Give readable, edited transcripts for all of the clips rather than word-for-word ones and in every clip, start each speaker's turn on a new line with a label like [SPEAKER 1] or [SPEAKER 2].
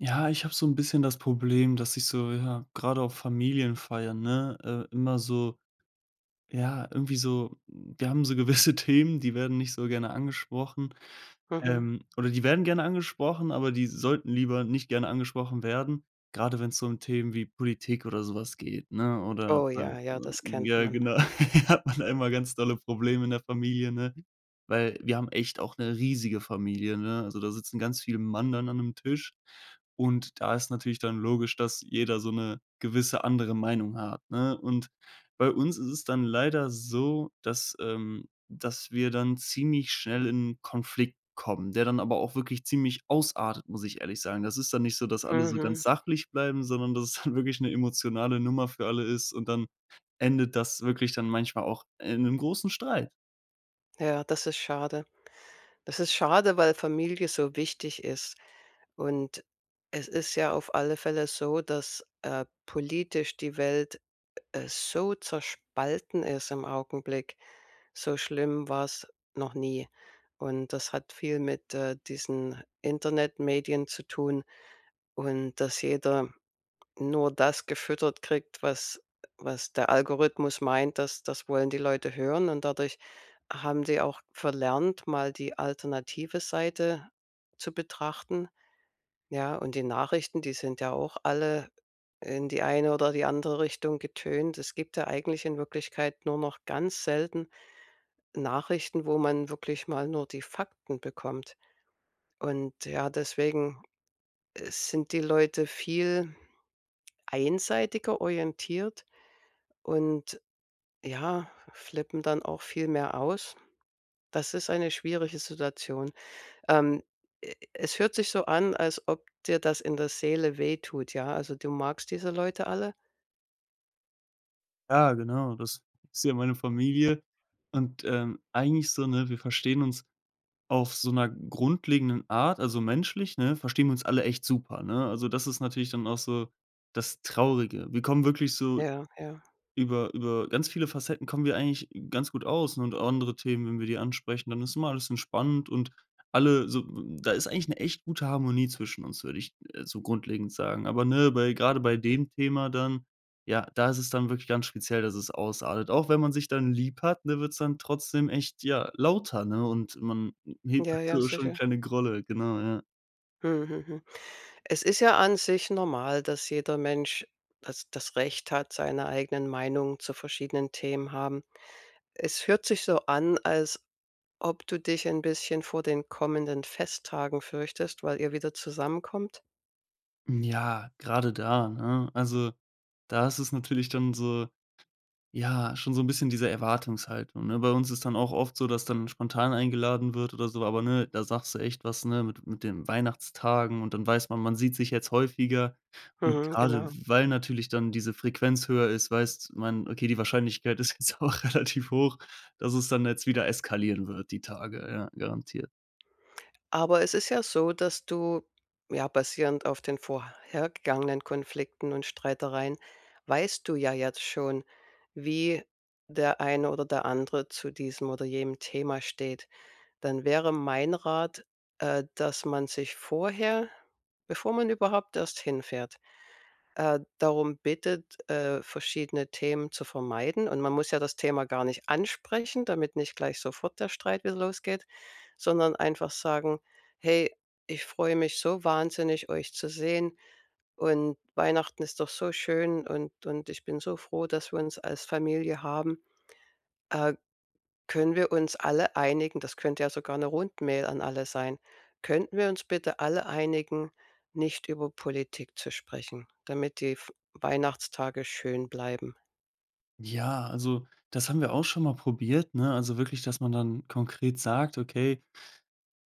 [SPEAKER 1] Ja, ich habe so 'n bisschen das Problem, dass ich so, ja, grade auf Familienfeiern, ne, immer so ja, irgendwie so wir haben so gewisse Themen, die werden nicht so gerne angesprochen.
[SPEAKER 2] Mhm.
[SPEAKER 1] Oder die werden gerne angesprochen, aber die sollten lieber nicht gerne angesprochen werden, grade wenn's so um Themen wie Politik oder sowas geht, ne? Oder,
[SPEAKER 2] Oh ja, ja,
[SPEAKER 1] so,
[SPEAKER 2] das kennt
[SPEAKER 1] ja,
[SPEAKER 2] man.
[SPEAKER 1] genau, hat man da immer ganz tolle Probleme in der Familie, ne? Weil wir haben echt auch eine riesige Familie, ne? Also, da sitzen ganz viele Mann dann an einem Tisch und da ist natürlich dann logisch, dass jeder so eine gewisse andere Meinung hat, ne? Und bei uns ist es dann leider so, dass, dass wir dann ziemlich schnell in 'n Konflikt kommen, der dann aber auch wirklich ziemlich ausartet, muss ich ehrlich sagen. Das ist dann nicht so, dass alle so
[SPEAKER 2] Mhm.
[SPEAKER 1] ganz sachlich bleiben, sondern dass es dann wirklich 'ne emotionale Nummer für alle ist und dann endet das wirklich dann manchmal auch in 'nem großen Streit.
[SPEAKER 2] Ja, das ist schade. Das ist schade, weil Familie so wichtig ist. Und es ist ja auf alle Fälle so, dass, politisch die Welt, so zerspalten ist im Augenblick. So schlimm war es noch nie. Und das hat viel mit, diesen Internetmedien zu tun und dass jeder nur das gefüttert kriegt, was der Algorithmus meint, dass das wollen die Leute hören. Und dadurch haben sie auch verlernt, mal die alternative Seite zu betrachten. Ja, und die Nachrichten, die sind ja auch alle in die eine oder die andere Richtung getönt. Es gibt ja eigentlich in Wirklichkeit nur noch ganz selten Nachrichten, wo man wirklich mal nur die Fakten bekommt. Und ja, deswegen sind die Leute viel einseitiger orientiert. Und ja, flippen dann auch viel mehr aus. Das ist eine schwierige Situation. Ähm, e es hört sich so an, als ob dir das in der Seele wehtut, ja? Also, du magst diese Leute alle?
[SPEAKER 1] Ja, genau, das ist ja meine Familie und, eigentlich so, ne, wir verstehen uns auf so 'ner grundlegenden Art, also menschlich, ne, verstehen wir uns alle echt super, ne? Also, das ist natürlich dann auch so das Traurige. Wir kommen wirklich so.
[SPEAKER 2] Ja, ja.
[SPEAKER 1] Über ganz viele Facetten kommen wir eigentlich ganz gut aus, ne, und andere Themen, wenn wir die ansprechen, dann ist immer alles entspannt und alle so, da ist eigentlich eine echt gute Harmonie zwischen uns, würde ich, so grundlegend sagen. Aber, ne, bei gerade bei dem Thema dann ja, da ist es dann wirklich ganz speziell, dass es ausartet. Auch wenn man sich dann lieb hat, ne, wird's dann trotzdem echt, ja, lauter, ne, und man hebt
[SPEAKER 2] Ja, ja,
[SPEAKER 1] so schon
[SPEAKER 2] sicher.
[SPEAKER 1] kleine Grolle, genau, ja.
[SPEAKER 2] Mhm, mhm. Es ist ja an sich normal, dass jeder Mensch das Recht hat, seine eigenen Meinungen zu verschiedenen Themen haben. Es hört sich so an, als ob du dich ein bisschen vor den kommenden Festtagen fürchtest, weil ihr wieder zusammenkommt?
[SPEAKER 1] Ja, gerade da, ne? Also, da ist es natürlich dann so. Ja, schon so ein bisschen diese Erwartungshaltung, ne? Bei uns ist dann auch oft so, dass dann spontan eingeladen wird oder so, aber ne, da sagst du echt was, ne, mit den Weihnachtstagen und dann weiß man, man sieht sich jetzt häufiger. Und
[SPEAKER 2] Mhm,
[SPEAKER 1] gerade
[SPEAKER 2] genau.
[SPEAKER 1] weil natürlich dann diese Frequenz höher ist, weiß man, okay, die Wahrscheinlichkeit ist jetzt auch relativ hoch, dass es dann jetzt wieder eskalieren wird, die Tage, ja, garantiert.
[SPEAKER 2] Aber es ist ja so, dass du, ja, basierend auf den vorhergegangenen Konflikten und Streitereien weißt du ja jetzt schon, wie der eine oder der andere zu diesem oder jenem Thema steht. Dann wäre mein Rat, dass man sich vorher, bevor man überhaupt erst hinfährt, darum bittet, verschiedene Themen zu vermeiden. Und man muss ja das Thema gar nicht ansprechen, damit nicht gleich sofort der Streit wieder losgeht, sondern einfach sagen, hey, ich freue mich so wahnsinnig, euch zu sehen. Und Weihnachten ist doch so schön und ich bin so froh, dass wir uns als Familie haben. Äh, können wir uns alle einigen, das könnte ja sogar eine Rundmail an alle sein, könnten wir uns bitte alle einigen, nicht über Politik zu sprechen, damit die F Weihnachtstage schön bleiben?
[SPEAKER 1] Ja, also, das haben wir auch schon mal probiert, ne? Also, wirklich, dass man dann konkret sagt: „Okay,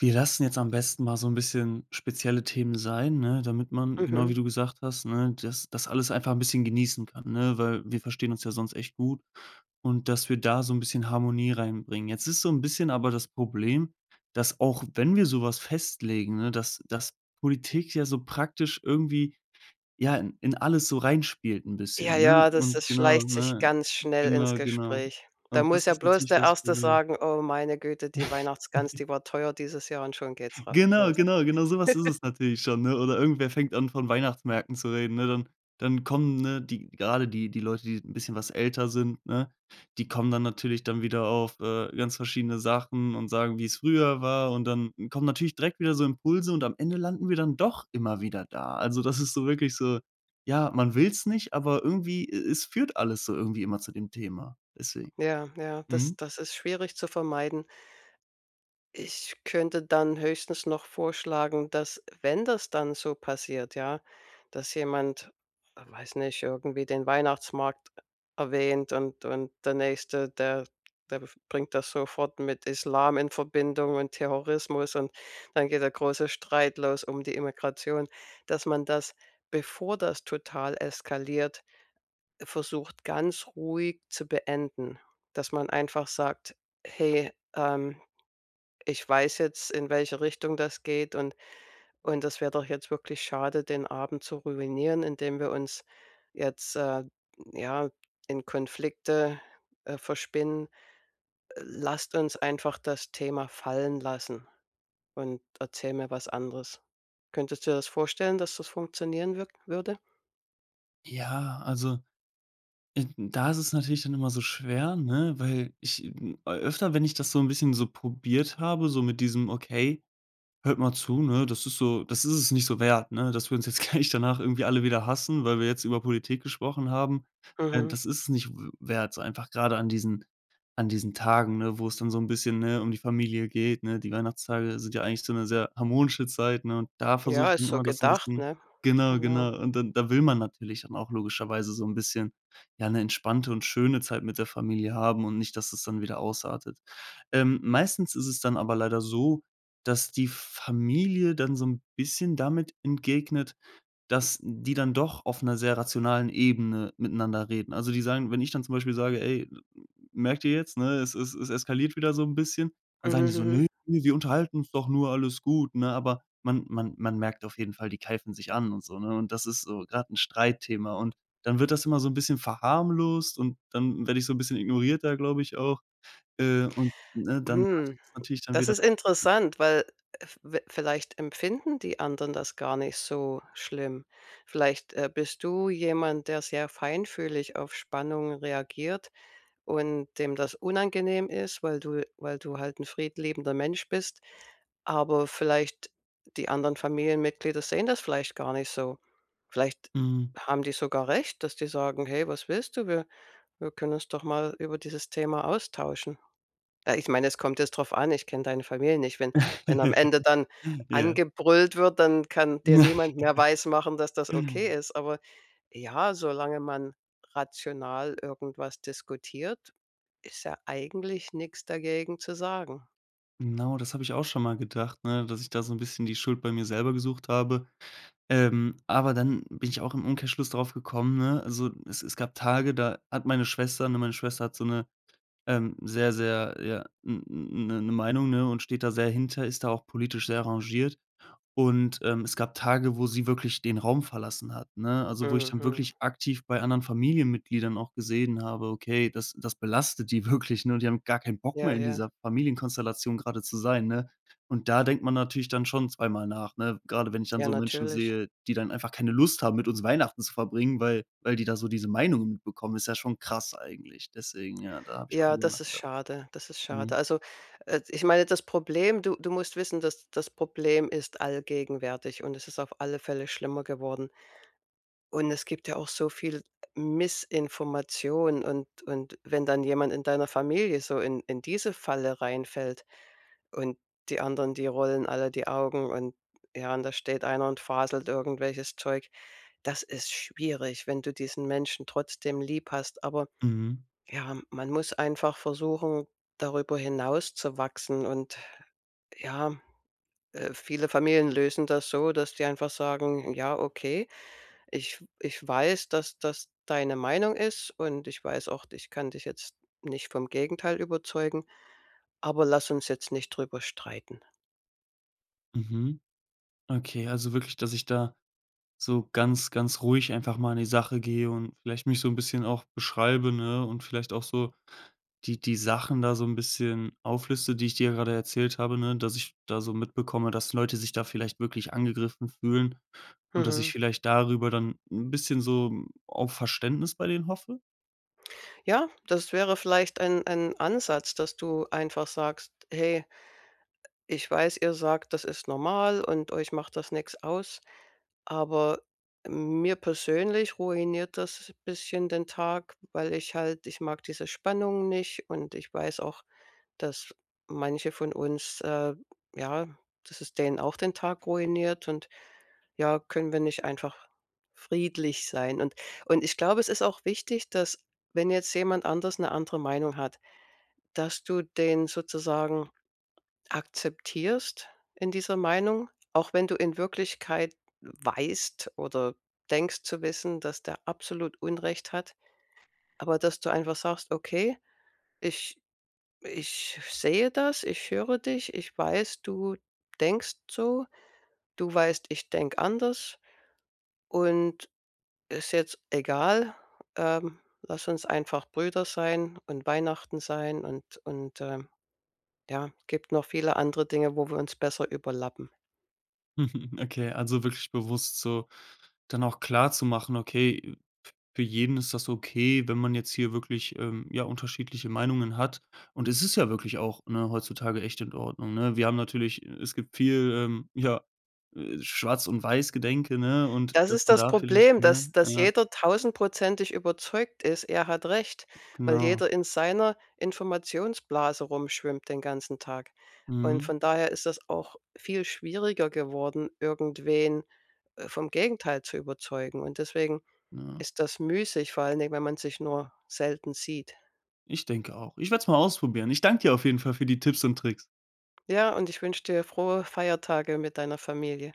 [SPEAKER 1] wir lassen jetzt am besten mal so ein bisschen spezielle Themen sein“, ne, damit man, genau wie
[SPEAKER 2] Mhm.
[SPEAKER 1] du gesagt hast, ne, das alles einfach ein bisschen genießen kann, ne, weil wir verstehen uns ja sonst echt gut und dass wir da so ein bisschen Harmonie reinbringen. Jetzt ist so ein bisschen aber das Problem, dass auch wenn wir sowas festlegen, ne, dass Politik ja so praktisch irgendwie, ja, in alles so reinspielt ein
[SPEAKER 2] Ja,
[SPEAKER 1] bisschen, ne?
[SPEAKER 2] ja, das
[SPEAKER 1] Und genau,
[SPEAKER 2] schleicht sich
[SPEAKER 1] ne?
[SPEAKER 2] ganz schnell ins
[SPEAKER 1] Genau, genau.
[SPEAKER 2] Gespräch. Da
[SPEAKER 1] Und
[SPEAKER 2] muss
[SPEAKER 1] das
[SPEAKER 2] ja
[SPEAKER 1] ist
[SPEAKER 2] bloß
[SPEAKER 1] natürlich
[SPEAKER 2] der
[SPEAKER 1] das
[SPEAKER 2] Erste
[SPEAKER 1] Problem.
[SPEAKER 2] sagen: „Oh, meine Güte, die Weihnachtsgans, die war teuer dieses Jahr“ und schon geht's ra
[SPEAKER 1] Genau,
[SPEAKER 2] los.
[SPEAKER 1] genau, genau, so was ist es natürlich schon, ne? Oder irgendwer fängt an, von Weihnachtsmärkten zu reden, ne? Dann dann kommen, ne, die grade die Leute, die 'n bisschen was älter sind, ne, die kommen dann natürlich dann wieder auf, ganz verschiedene Sachen und sagen, wie's früher war und dann kommen natürlich direkt wieder so Impulse und am Ende landen wir dann doch immer wieder da. Also, das ist so wirklich so, ja, man will's nicht, aber irgendwie e es führt alles so irgendwie immer zu dem Thema. Deswegen
[SPEAKER 2] Ja, ja, das
[SPEAKER 1] mhm.
[SPEAKER 2] das ist schwierig zu vermeiden. Ich könnte dann höchstens noch vorschlagen, dass wenn das dann so passiert, ja, dass jemand, weiß nicht, irgendwie den Weihnachtsmarkt erwähnt und der Nächste, der bringt das sofort mit Islam in Verbindung und Terrorismus und dann geht der große Streit los um die Immigration, dass man das, bevor das total eskaliert, versucht, ganz ruhig zu beenden. Dass man einfach sagt: „Hey, ich weiß jetzt, in welche Richtung das geht und das wäre doch jetzt wirklich schade, den Abend zu ruinieren, indem wir uns jetzt, ja, in Konflikte, verspinnen. Lasst uns einfach das Thema fallen lassen und erzähl mir was anderes. Könntest du dir das vorstellen, dass das funktionieren wirk würde?
[SPEAKER 1] Ja, also da ist es natürlich dann immer so schwer, ne, weil ich, öfter, wenn ich das so ein bisschen so probiert habe, so mit diesem: „Okay, hört mal zu, ne? Das ist so, das ist es nicht so wert, ne, dass wir uns jetzt gleich danach irgendwie alle wieder hassen, weil wir jetzt über Politik gesprochen haben.
[SPEAKER 2] Mhm.
[SPEAKER 1] Das ist es nicht w wert, so einfach gerade an diesen Tagen, ne, wo es dann so ein bisschen, ne, um die Familie geht, ne? Die Weihnachtstage sind ja eigentlich so eine sehr harmonische Zeit, ne, und da versuche ich
[SPEAKER 2] Ja, ist
[SPEAKER 1] dann
[SPEAKER 2] so
[SPEAKER 1] immer das so ein
[SPEAKER 2] gedacht,
[SPEAKER 1] bisschen,
[SPEAKER 2] ne?
[SPEAKER 1] genau,
[SPEAKER 2] Genau.
[SPEAKER 1] genau. Und dann da will man natürlich dann auch logischerweise so ein bisschen, ja, eine entspannte und schöne Zeit mit der Familie haben und nicht, dass es dann wieder ausartet. Meistens ist es dann aber leider so, dass die Familie dann so 'n bisschen damit entgegnet, dass die dann doch auf 'ner sehr rationalen Ebene miteinander reden. Also, die sagen, wenn ich dann zum Beispiel sage: „Ey, merkt ihr jetzt, ne, es eskaliert wieder so 'n bisschen“, dann
[SPEAKER 2] Mhm,
[SPEAKER 1] sagen die so:
[SPEAKER 2] mhm.
[SPEAKER 1] „Ne, ne, wir unterhalten uns doch nur, alles gut“, ne? Aber man merkt auf jeden Fall, die keifen sich an und so, ne? Und das ist so grad 'n Streitthema und dann wird das immer so 'n bisschen verharmlost und dann werde ich so 'n bisschen ignoriert da, glaube ich auch, und, ne,
[SPEAKER 2] mhm.
[SPEAKER 1] dann hat
[SPEAKER 2] Hm.
[SPEAKER 1] das natürlich dann
[SPEAKER 2] Das
[SPEAKER 1] wieder.
[SPEAKER 2] ist interessant, weil v vielleicht empfinden die anderen das gar nicht so schlimm. Vielleicht, bist du jemand, der sehr feinfühlig auf Spannungen reagiert und dem das unangenehm ist, weil du, weil du halt ein friedliebender Mensch bist, aber vielleicht die anderen Familienmitglieder sehen das vielleicht gar nicht so. Vielleicht
[SPEAKER 1] Mhm.
[SPEAKER 2] haben die sogar recht, dass die sagen: „Hey, was willst du? Wir wir können uns doch mal über dieses Thema austauschen.“ Ich meine, es kommt jetzt drauf an, ich kenne deine Familie nicht. Wenn wenn am Ende dann
[SPEAKER 1] Ja.
[SPEAKER 2] angebrüllt wird, dann kann dir niemand mehr weismachen, dass das okay ist. Aber ja, solange man rational irgendwas diskutiert, ist ja eigentlich nix dagegen zu sagen.
[SPEAKER 1] Genau, das habe ich auch schon mal gedacht, ne, dass ich da so ein bisschen die Schuld bei mir selber gesucht habe. Aber dann bin ich auch im Umkehrschluss drauf gekommen, ne, also, es gab Tage, da hat meine Schwester, ne, meine Schwester hat so eine sehr, sehr, ja, eine Meinung, ne, und steht da sehr hinter, ist da auch politisch sehr engagiert. Und, es gab Tage, wo sie wirklich den Raum verlassen hat, ne? Also, wo ich dann
[SPEAKER 2] Mhm.
[SPEAKER 1] wirklich aktiv bei anderen Familienmitgliedern auch gesehen habe, okay, das belastet die wirklich, ne? Und die haben gar keinen Bock
[SPEAKER 2] Ja,
[SPEAKER 1] mehr in
[SPEAKER 2] ja.
[SPEAKER 1] dieser Familienkonstellation gerade zu sein, ne? Und da denkt man natürlich dann schon zweimal nach, ne? Gerade wenn ich dann
[SPEAKER 2] Ja,
[SPEAKER 1] so Menschen
[SPEAKER 2] natürlich.
[SPEAKER 1] sehe, die dann einfach keine Lust haben, mit uns Weihnachten zu verbringen, weil die da so diese Meinungen mitbekommen, ist ja schon krass eigentlich. Deswegen, ja, da habe ich auch
[SPEAKER 2] Ja,
[SPEAKER 1] drüber
[SPEAKER 2] das ist
[SPEAKER 1] nachgedacht.
[SPEAKER 2] schade. Das ist schade.
[SPEAKER 1] Mhm.
[SPEAKER 2] Also, ich meine, das Problem, du du musst wissen, dass das Problem ist allgegenwärtig und es ist auf alle Fälle schlimmer geworden. Und es gibt ja auch so viel Missinformation und wenn dann jemand in deiner Familie so in diese Falle reinfällt und die anderen, die rollen alle die Augen und ja, und da steht einer und faselt irgendwelches Zeug. Das ist schwierig, wenn du diesen Menschen trotzdem lieb hast, aber
[SPEAKER 1] Mhm.
[SPEAKER 2] ja, man muss einfach versuchen, darüber hinaus zu wachsen und ja, viele Familien lösen das so, dass die einfach sagen: „Ja, okay, ich weiß, dass das deine Meinung ist und ich weiß auch, ich kann dich jetzt nicht vom Gegenteil überzeugen, aber lass uns jetzt nicht drüber streiten.
[SPEAKER 1] Mhm. Okay, also wirklich, dass ich da so ganz, ganz ruhig einfach mal an die Sache gehe und vielleicht mich so ein bisschen auch beschreibe, ne, und vielleicht auch so die Sachen da so ein bisschen aufliste, die ich dir gerade erzählt habe, ne, dass ich da so mitbekomme, dass Leute sich da vielleicht wirklich angegriffen fühlen und dass ich
[SPEAKER 2] Mhm.
[SPEAKER 1] vielleicht darüber dann ein bisschen so auf Verständnis bei denen hoffe?
[SPEAKER 2] Ja, das wäre vielleicht ein Ansatz, dass du einfach sagst: „Hey“ Ich weiß, ihr sagt, das ist normal und euch macht das nichts aus, aber mir persönlich ruiniert das ein bisschen den Tag, weil ich halt ich mag diese Spannung nicht und ich weiß auch, dass manche von uns, ja, dass es denen auch den Tag ruiniert und ja, können wir nicht einfach friedlich sein? Und ich glaube, es ist auch wichtig, dass, wenn jetzt jemand anders eine andere Meinung hat, dass du den sozusagen akzeptierst in dieser Meinung, auch wenn du in Wirklichkeit weißt oder denkst zu wissen, dass der absolut Unrecht hat, aber dass du einfach sagst: „Okay, ich ich sehe das, ich höre dich, ich weiß, du denkst so, du weißt, ich denke anders und ist jetzt egal, lass uns einfach Brüder sein und Weihnachten sein“ und, ja, gibt noch viele andere Dinge, wo wir uns besser überlappen.
[SPEAKER 1] Okay, also wirklich bewusst so dann auch klar zu machen, okay, für jeden ist das okay, wenn man jetzt hier wirklich, ja, unterschiedliche Meinungen hat. Und es ist ja wirklich auch, ne, heutzutage echt in Ordnung, ne? Wir haben natürlich es gibt viel, ja, Schwarz und Weiß-Gedenke, ne, und
[SPEAKER 2] Das
[SPEAKER 1] dass
[SPEAKER 2] ist
[SPEAKER 1] man
[SPEAKER 2] das
[SPEAKER 1] da vielleicht,
[SPEAKER 2] Problem, dass
[SPEAKER 1] ne,
[SPEAKER 2] dass
[SPEAKER 1] ja,
[SPEAKER 2] jeder tausendprozentig überzeugt ist, er hat recht, weil
[SPEAKER 1] genau.
[SPEAKER 2] jeder in seiner Informationsblase rumschwimmt den ganzen Tag. Und
[SPEAKER 1] Mhm,
[SPEAKER 2] von daher ist das auch viel schwieriger geworden, irgendwen, vom Gegenteil zu überzeugen. Und deswegen
[SPEAKER 1] ja.
[SPEAKER 2] ist das müßig, vor allen Dingen, wenn man sich nur selten sieht.
[SPEAKER 1] Ich denke auch. Ich werde es mal ausprobieren. Ich danke dir auf jeden Fall für die Tipps und Tricks.
[SPEAKER 2] Ja, und ich wünsche dir frohe Feiertage mit deiner Familie.